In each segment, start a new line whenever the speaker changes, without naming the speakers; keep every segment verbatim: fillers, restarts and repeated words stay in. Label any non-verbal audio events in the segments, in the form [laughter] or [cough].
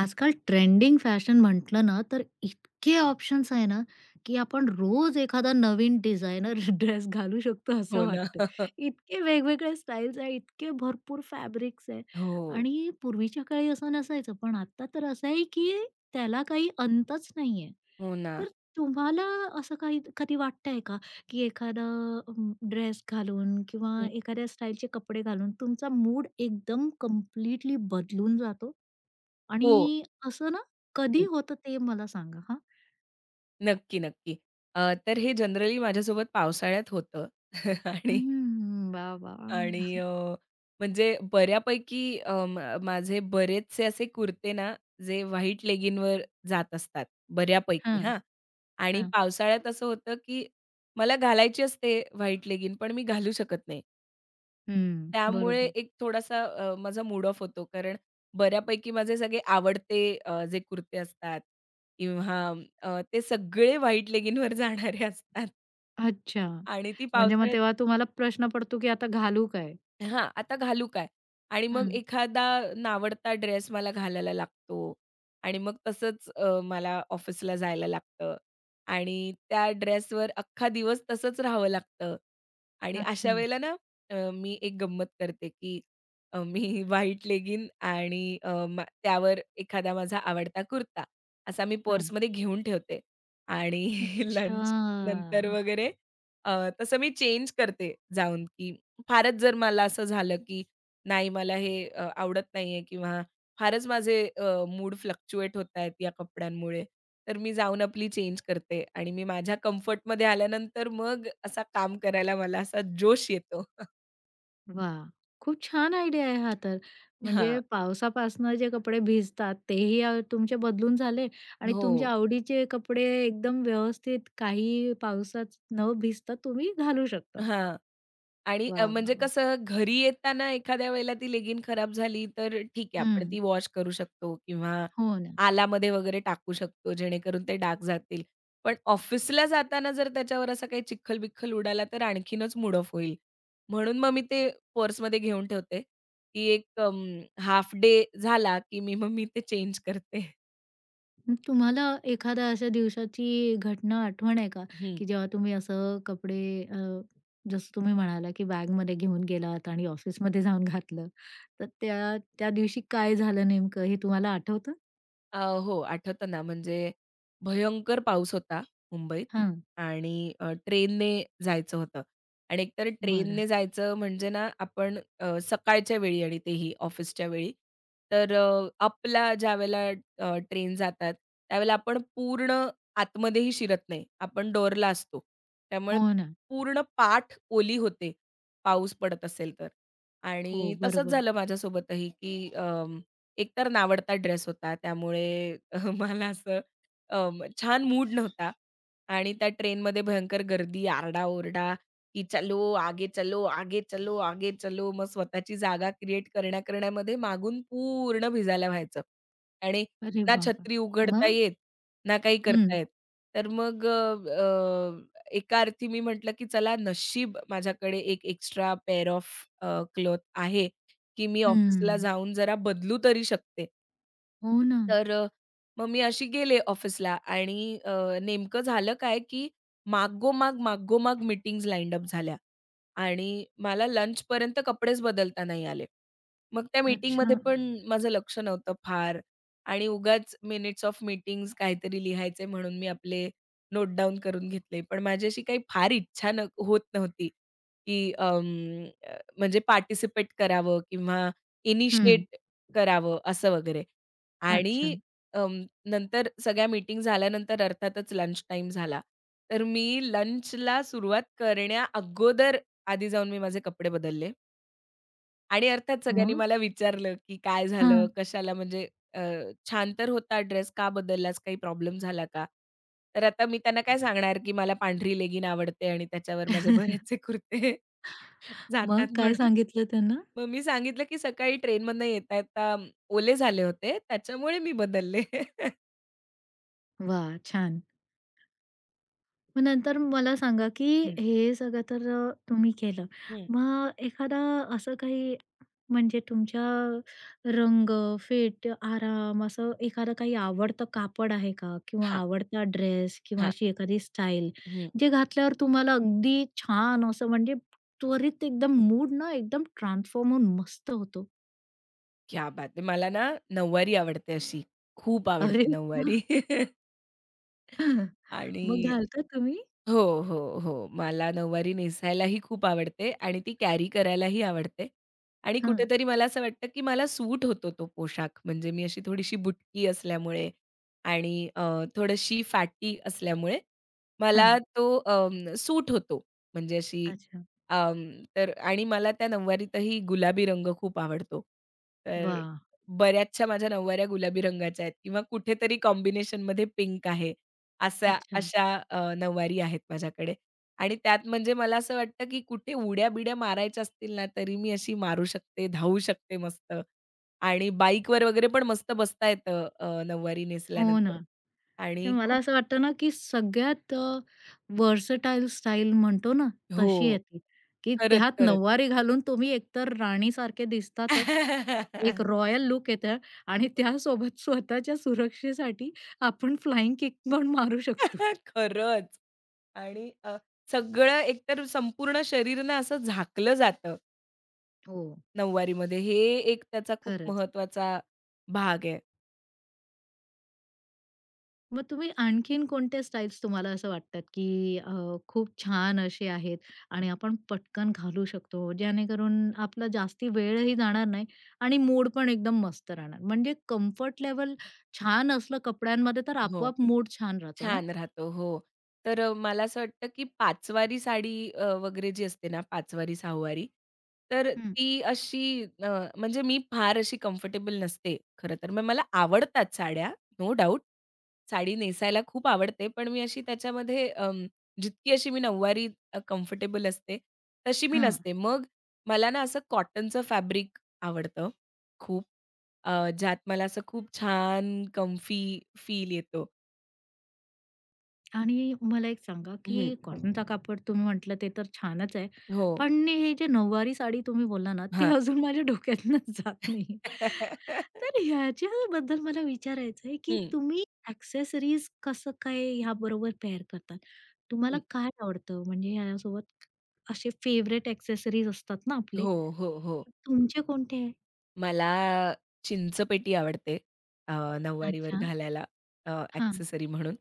आजकाल trending fashion म्हटलं ना, तर इतके ऑप्शन्स आहे ना, की आपण रोज एखादा नवीन डिझायनर [laughs] ड्रेस घालू शकतो
हो
असं वाटतं.
ना.
इतके वेगवेगळे स्टाईल्स आहे, इतके भरपूर फॅब्रिक्स आहे
हो.
आणि पूर्वीच्या काळी असं नसायचं. पण आता तर असं आहे, की त्याला काही अंतच नाहीये.
हो ना.
तर तुम्हाला असं काही कधी वाटतंय का? की एखादा अं, ड्रेस घालून किंवा
हं.
एखाद्या स्टाईलचे कपडे घालून तुमचा मूड एकदम कम्प्लीटली बदलून जातो?
हो.
आणि असं ना कधी
हं.
होतं ते मला सांगा हां?
नक्की, नक्की. अ, तर हे जनरली माझ्यासोबत पावसाळ्यात होतं [laughs] आणि
हम्म. वाह,
आणि
वाह!
अ, म्हणजे बऱ्यापैकी अ, मा माझे बरेचसे असे कुर्ते ना, जे व्हाईट लेगिंगवर जात असतात बऱ्यापैकी
हां,
हां. आणि
हां.
पावसाळ्यात असं होतं, की मला घालायची असते व्हाईट लेगिंग पण मी घालू शकत नाही.
हं,
त्यामुळे
बरोबर.
एक थोडासा अ, माझा मूड ऑफ होतो. कारण बऱ्यापैकी माझे सगळे आवडते अ, जे कुर्ते असतात किंवा अ, ते सगळे व्हाईट लेगिंगवर [laughs] जाणारे असतात
अच्छा.
आणि ती
म्हणजे मग
पावसाळ्यात
तेव्हा तुम्हाला प्रश्न पडतो की आता घालू काय?
हां, आता घालू काय? आणि मग
हं.
एखादा नावडता ड्रेस मला घालायला लागतो आणि मग तसंच अ, मला ऑफिसला जायला लागतं आणि त्या ड्रेसवर अख्खा दिवस तसंच राहावं लागतं. आणि अशा
अच्छा.
वेळेला ना अ, मी एक गंमत करते, की अ, मी [laughs] व्हाईट लेगिन आणि अ, मा त्यावर एखादा माझा आवडता कुर्ता असा मी
हां.
पर्समध्ये घेऊन ठेवते आणि [laughs]
अच्छा.
लंच नंतर वगैरे अ, तसं मी चेंज करते जाऊन, की फारच जर मला असं झालं, की नाही मला हे अ, आवडत नाहीये किंवा फारच माझे अ, मूड फ्लक्च्युएट होतायत या कपड्यांमुळे. तर मी जाऊन आपली चेंज करते आणि मी माझ्या कम्फर्टमध्ये आल्यानंतर मग असा काम करायला मला असा जोश येतो. [laughs]
वाह! खूप छान आयडिया आहे हा तर.
हां.
म्हणजे पावसापासनं जे कपडे भिजतात तेही अ, तुमचे बदलून झाले आणि
हो.
तुमच्या आवडीचे कपडे एकदम व्यवस्थित काही पावसात न भिजता तुम्ही घालू शकता.
हां. आणि अ,
वाह, वाह,
म्हणजे
वाह!
कसं घरी येताना एखाद्या वेळेला ती लेगिंग खराब झाली, तर ठीक आहे
हं.
आपण ती वॉश करू शकतो किंवा
हो ना.
आलामध्ये वगैरे टाकू शकतो जेणेकरून ते डाग जातील. पण ऑफिसला जाताना जर त्याच्यावर असा काही चिखल-बिख्खल उडाला तर आणखीनच मूड ऑफ होईल. म्हणून मग मी ते पर्समध्ये घेऊन ठेवते, की एक अं, डे झाला, की मी मग मी ते चेंज करते.
मग तुम्हाला एखाद्या अशा दिवसाची घटना आठवण आहे का, की जेव्हा तुम्ही असं कपडे अ, जसं तुम्ही म्हणाला, की बॅगमध्ये घेऊन गेलात आणि ऑफिसमध्ये जाऊन घातलं. तर त्या त्या दिवशी काय झालं नेमकं हे तुम्हाला आठवतं?
अ, हो, आठवतं ना, म्हणजे भयंकर पाऊस होता मुंबईत
हां.
आणि अ, ट्रेनने जायचं होतं आणि एकतर
बरं.
ट्रेनने जायचं म्हणजे ना, आपण अ, सकाळच्या वेळी आणि तेही ऑफिसच्या वेळी. तर अ, अपला ज्यावेळेला अ, ट्रेन जातात, त्यावेळेला आपण पूर्ण आतमध्येही शिरत नाही. आपण डोअरला असतो. त्यामुळे
हो ना.
पूर्ण पाठ ओली होते, पाऊस पडत असेल तर
हो,
आणि तसंच
बरोबर.
झालं माझ्यासोबतही, की एकतर नावडता ड्रेस होता त्यामुळे [laughs] अह, मला असं अं, छान मूड नव्हता आणि त्या ट्रेनमध्ये भयंकर गर्दी, आरडा-ओरडा, की "चलो, आगे चलो, आगे चलो, आगे चलो." मग स्वतःची जागा क्रिएट करण्या-करण्यामध्ये मागून पूर्ण भिजायला व्हायचं आणि
अरे
ना
बाबा!
छत्री उघडता
मग?
येत, ना काही
हं,
करता येत. तर मग अ, अ, एका अर्थी मी म्हटलं, की चला नशीब माझ्याकडे एक एक्स्ट्रा पेअर ऑफ क्लॉथ आहे की मी ऑफिसला
हं.
जाऊन जरा बदलू तरी शकते.
हो ना.
तर अ, मग मी अशी गेले ऑफिसला आणि अ, नेमकं झालं काय, की मागोमाग, मागोमाग मीटिंग्ज लाईन अप झाल्या आणि मला लंचपर्यंत कपडेच बदलता नाही आले. मग त्या मीटिंगमध्ये
अच्छा.
पण माझं लक्ष नव्हतं फार आणि उगाच मिनिट्स ऑफ मीटिंग्ज काहीतरी लिहायचे म्हणून मी आपले नोट डाउन करून घेतले. पण माझी अशी काही फार इच्छा न होत नव्हती, की अं, अ, म्हणजे पार्टिसिपेट करावं किंवा
हं.
इनिशिएट करावं असं वगैरे.
अच्छा.
आणि अं, नंतर सगळ्या मीटिंग झाल्यानंतर अर्थातच लंच टाइम झाला. तर मी लंचला सुरुवात करण्या अगोदर आधी जाऊन मी माझे कपडे बदलले. आणि अर्थात सगळ्यांनी मला
मग?
विचारलं, की "काय
हां.
झालं? कशाला म्हणजे अ, छान तर होता ड्रेस, का बदललास? काही प्रॉब्लेम झाला का?" तर आता मी त्यांना काय सांगणार, की मला पांढरी लेगिंग आवडते आणि त्याच्यावर माझे
[laughs]
बरेचसे कुर्ते [laughs]
मग
जातात
काय
म्हणून.
सांगितलं त्यांना?
मग मी सांगितलं, की "सकाळी ट्रेनमधनं येता-येता ओले झाले होते, त्याच्यामुळे मी बदलले." [laughs]
वाह! छान. मग नंतर मला सांगा, की
हं,
हे सगळं तर अ, तुम्ही केलं.
हं.
मग एखादा असं काही म्हणजे तुमच्या रंग, फिट, आराम असं एखादं काही आवडतं कापड आहे का? किंवा
हां,
आवडता ड्रेस किंवा
हां.
अशी एखादी स्टाईल,
हं.
जे घातल्यावर तुम्हाला अगदी छान असं म्हणजे त्वरित एकदम मूड ना एकदम ट्रान्सफॉर्म होऊन मस्त होतो.
क्या बात है! मला ना नऊवारी आवडते अशी. खूप
अरे
आवडते
वाह!
नऊवारी [laughs] आणि
मग घालता तुम्ही?
हो, हो, हो. मला नऊवारी नेसायलाही खूप आवडते आणि ती कॅरी करायलाही आवडते आणि
हं,
कुठेतरी मला असं वाटतं, की मला सूट होतो तो पोशाख. म्हणजे मी अशी थोडीशी बुटकी असल्यामुळे आणि अ, थोडीशी फॅटी असल्यामुळे मला
हां.
तो अं, सूट होतो. म्हणजे अशी
अच्छा.
अं, तर आणि मला त्या नऊवारीतही गुलाबी रंग खूप आवडतो. तर
वाह!
बऱ्याचशा माझ्या नऊवाऱ्या गुलाबी रंगाच्या आहेत किंवा कुठेतरी कॉम्बिनेशनमध्ये पिंक आहे. अशा
अच्छा.
अशा अ, नऊवारी आहेत माझ्याकडे आणि त्यात म्हणजे मला असं वाटतं, की कुठे उड्या-बिड्या मारायच्या असतील ना, तरी मी अशी मारू शकते, धावू शकते मस्त आणि बाईकवर वगैरे पण मस्त बसता येतं अ, नऊवारी
हो ना.
नेसल्यानंतर
म्हणजे
आणि
मला
खूप
असं वाटतं ना, की सगळ्यात अ, व्हर्सटाईल स्टाईल म्हणतो ना, तशी
हो.
आहे ती, की
खरंच,
त्यात
खरंच.
नऊवारी घालून तुम्ही एकतर राणीसारखे दिसतातच. एक
[laughs]
रॉयल लूक येतं आणि
हो.
त्यासोबत स्वतःच्या सुरक्षेसाठी आपण फ्लाइंग किक पण मारू शकतो.
[laughs] खरंच आणि अ, सगळं एकतर संपूर्ण शरीर ना असं झाकलं जातं
हो,
नऊवारीमध्ये. हे एक त्याचा खूप
खरंच.
महत्त्वाचा भाग आहे.
मग तुम्ही आणखीन कोणत्या स्टाईल्स तुम्हाला असं वाटतात, की अ, खूप छान असे आहेत आणि आपण पटकन घालू शकतो, जेणेकरून आपला जास्ती वेळही जाणार नाही आणि मूड पण एकदम मस्त राहणार. म्हणजे कम्फर्ट लेवल छान असलं कपड्यांमध्ये, तर
हो.
आपोआप मूड छान राहतो ना?
छान राहतो. हो. तर अ, मला असं वाटतं, की पाचवारी साडी अ, वगैरे जी असते ना, पाचवारी, सहावारी, तर
हं.
ती अशी अ, म्हणजे मी फार अशी कम्फर्टेबल नसते खरं तर. मग मला आवडतात साड्या, नो डाउट. साडी नेसायला खूप आवडते, पण मी अशी त्याच्यामध्ये अं, जितकी अशी मी नऊवारी कम्फर्टेबल असते, तशी मी
हां.
नसते. मग मला ना असं कॉटनचं फॅब्रिक आवडतं खूप. अ, ज्यात मला असं खूप छान, कम्फी फील येतो.
आणि मला एक सांगा, की कॉटनचा कापड तुम्ही म्हटलं ते तर छानच आहे.
हो.
पण हे जे नऊवारी साडी तुम्ही बोलला ना, ते
हां.
अजून माझ्या डोक्यातनं [laughs] जात नाहीये.
[laughs]
तर ह्याच्याबद्दल मला विचारायचं आहे, की
हं,
तुम्ही एक्सेसरीज कसं काय ह्याबरोबर पेअर करतात? तुम्हाला
हं.
काय आवडतं? म्हणजे ह्यासोबत असे फेव्हरेट एक्सेसरीज असतात ना आपले,
हो, हो, हो.
तुमचे कोणते आहे?
मला चिंचपेटी आवडते अ, नऊवारीवर
अच्छा.
घालायला अ,
हां.
ॲक्सेसरी म्हणून.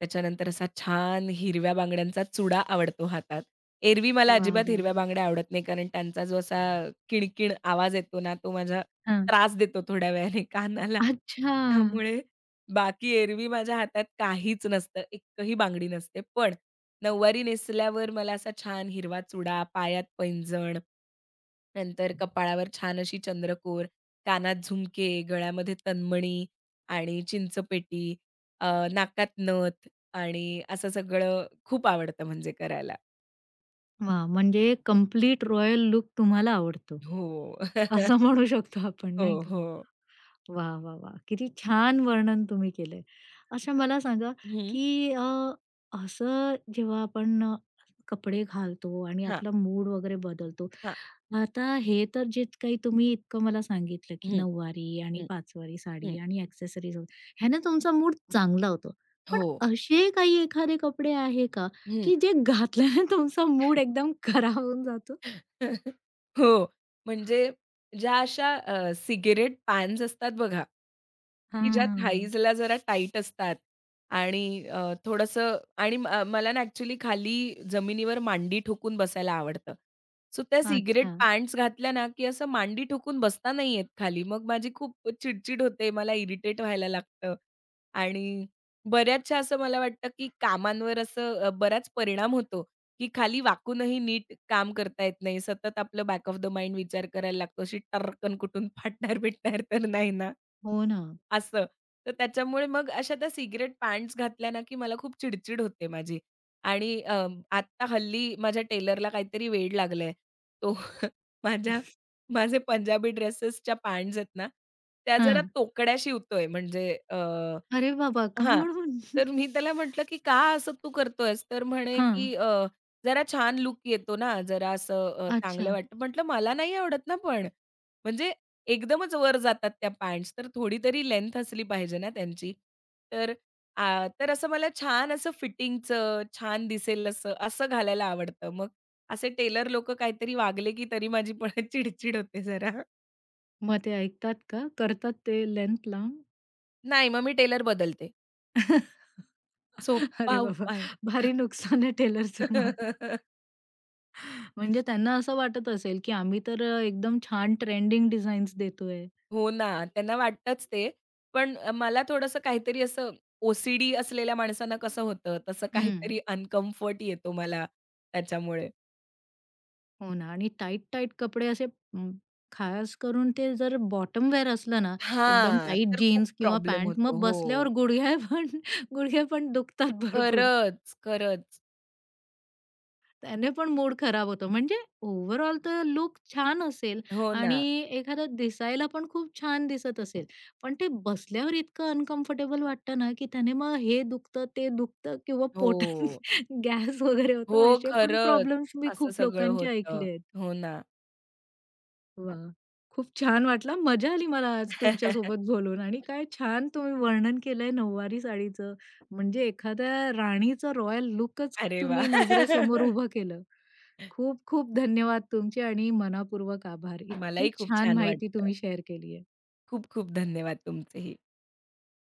त्याच्यानंतर असा छान हिरव्या बांगड्यांचा चुडा आवडतो हातात. एरवी मला
वाह,
अजिबात
वाह,
हिरव्या
वाह!
बांगड्या आवडत नाही, कारण त्यांचा जो असा किणकिण आवाज येतो ना, तो माझा
हां.
त्रास देतो थोड्या वेळाने कानाला.
अच्छा.
त्यामुळे बाकी एरवी माझ्या हातात काहीच नसतं, एकही बांगडी नसते. पण नऊवारी नेसल्यावर मला असा छान हिरवा चुडा, पायात पैंजण, नंतर कपाळावर छान अशी चंद्रकोर, कानात झुमके, गळ्यामध्ये तन्मणी आणि चिंचपेटी, अ, नाकात नथ आणि असं सगळं खूप आवडतं म्हणजे करायला.
वाह! म्हणजे कंप्लीट रॉयल लुक तुम्हाला आवडतो,
हो. [laughs]
असं म्हणू शकतो आपण
हो,
नाही
हो.
वा, वा, वा, किती छान वर्णन तुम्ही केलंय. अच्छा मला सांगा,
हं.
की अ, असं जेव्हा आपण अ, कपडे घालतो आणि
हां,
आपला मूड वगैरे बदलतो.
हां.
आता हे तर जे काही तुम्ही इतकं मला सांगितलं, की
हं,
नऊवारी आणि
हं,
पाचवारी साडी
हं.
आणि एक्सेसरीज ह्याने तुमचा मूड चांगला होतो. पण
हो.
असे काही एखादे कपडे आहे का, की जे घातल्याने तुमचा मूड एकदम खराब होऊन जातो?
[laughs] हो, म्हणजे ज्या अशा अ, सिगारेट पॅन्स असतात बघा, की ज्या
हां.
थाईजला जरा टाईट असतात आणि अ, थोडंसं आणि म अ, मला ना ॲक्चुअली खाली जमिनीवर मांडी ठोकून बसायला आवडतं. सो त्या सिगारेट
अच्छा.
पॅन्ट्स घातल्या ना, की असं मांडी ठोकून बसता नाही येत खाली. मग माझी खूप चिड होते, मला इरिटेट व्हायला लागतं आणि बऱ्याचशा असं मला वाटतं, की कामांवर असं अ, बराच परिणाम होतो. की खाली वाकूनही नीट काम करता येत नाही. सतत आपलं बॅक ऑफ द माइंड विचार करायला लागतो. अशी टर्रकन कुठून [laughs] फाटणार-बिटणार तर नाही ना,
हो ना.
असं. तर त्याच्यामुळे मग अशा त्या सिगारेट पॅन्ट्स घातल्या ना, की मला खूप चिडचिड होते माझी. आणि अ, आत्ता हल्ली माझ्या टेलरला काहीतरी वेड लागलंय. तो [laughs] माझ्या माझे पंजाबी ड्रेसेसच्या पॅन्ट्स आहेत ना, त्या जरा
हां.
तोकड्या शिवतोय म्हणजे
अरे बाबा! का
हां.
म्हणून?
तर मी त्याला म्हटलं, की "का असं तू करतोयस?" तर म्हणे,
हां.
की "अ, जरा छान लूक येतो ना, जरा असं अ, चांगलं
अच्छा.
वाटतं." म्हटलं, "मला नाही आवडत ना पण. म्हणजे एकदमच वर जातात त्या पँट्स, तर थोडी तरी लेंथ असली पाहिजे ना त्यांची." तर आ, तर असं मला छान असं फिटिंगचं, छान दिसेल असं, असं घालायला आवडतं. मग असे टेलर लोकं काहीतरी वागले, की तरी माझी पण [laughs] चिडचिड होते जरा.
मग ते ऐकतात का? करतात ते लेन्थ लांब?
नाही, मग मी टेलर बदलते.
[laughs]
सोपा
अरे बाबा!
उपाय.
भारी नुकसान आहे टेलरचं मग.
[laughs]
म्हणजे त्यांना असं वाटत असेल, की आम्ही तर अ, एकदम छान ट्रेंडिंग डिझाईन्स देतोय.
हो ना, त्यांना वाटतंच ते. पण अ, मला थोडंसं काहीतरी असं ओ सी डी असलेल्या माणसांना कसं होतं, तसं
हं.
काहीतरी अनकम्फर्ट येतो मला त्याच्यामुळे.
हो ना. आणि टाईट-टाईट कपडे असे अं, खास करून ते जर बॉटम वेअर असलं ना, एकदम
हां,
टाईट
तर खूप
जीन्स किंवा
प्रॉब्लेम
पॅन्ट
होतो.
मग
हो.
बसल्यावर गुडघे पण [laughs] गुडघे पण दुखतात भरपूर.
खरंच, खरंच.
त्याने पण मूड खराब होतो. म्हणजे ओव्हरऑल तर लुक छान असेल
हो ना.
आणि एखादा दिसायला पण खूप छान दिसत असेल. पण ते बसल्यावर इतकं अनकम्फर्टेबल वाटतं ना, की त्याने मग हे दुखतं, ते दुखतं किंवा पोटात
हो.
[laughs] गॅस वगैरे होतो.
हो,
असे पण
खरंच.
प्रॉब्लेम्स मी
असं
खूप
सगळं
लोकांचे
होतं.
ऐकले आहेत.
हो ना.
वाह! खूप छान वाटलं मजा आली मला आज तुमच्यासोबत
[laughs]
बोलून आणि काय छान तुम्ही वर्णन केलंय नऊवारी साडीचं. म्हणजे एखाद्या राणीचं रॉयल लूकच
अरे
तुम्ही
वाह!
नजरेसमोर
[laughs]
उभं केलं. खूप खूप धन्यवाद तुमचे आणि मनःपूर्वक आभार. इतकी
मलाही खूप
छान
छान
माहिती
वाटलं.
तुम्ही शेअर केली आहे.
खूप खूप धन्यवाद तुमचेही.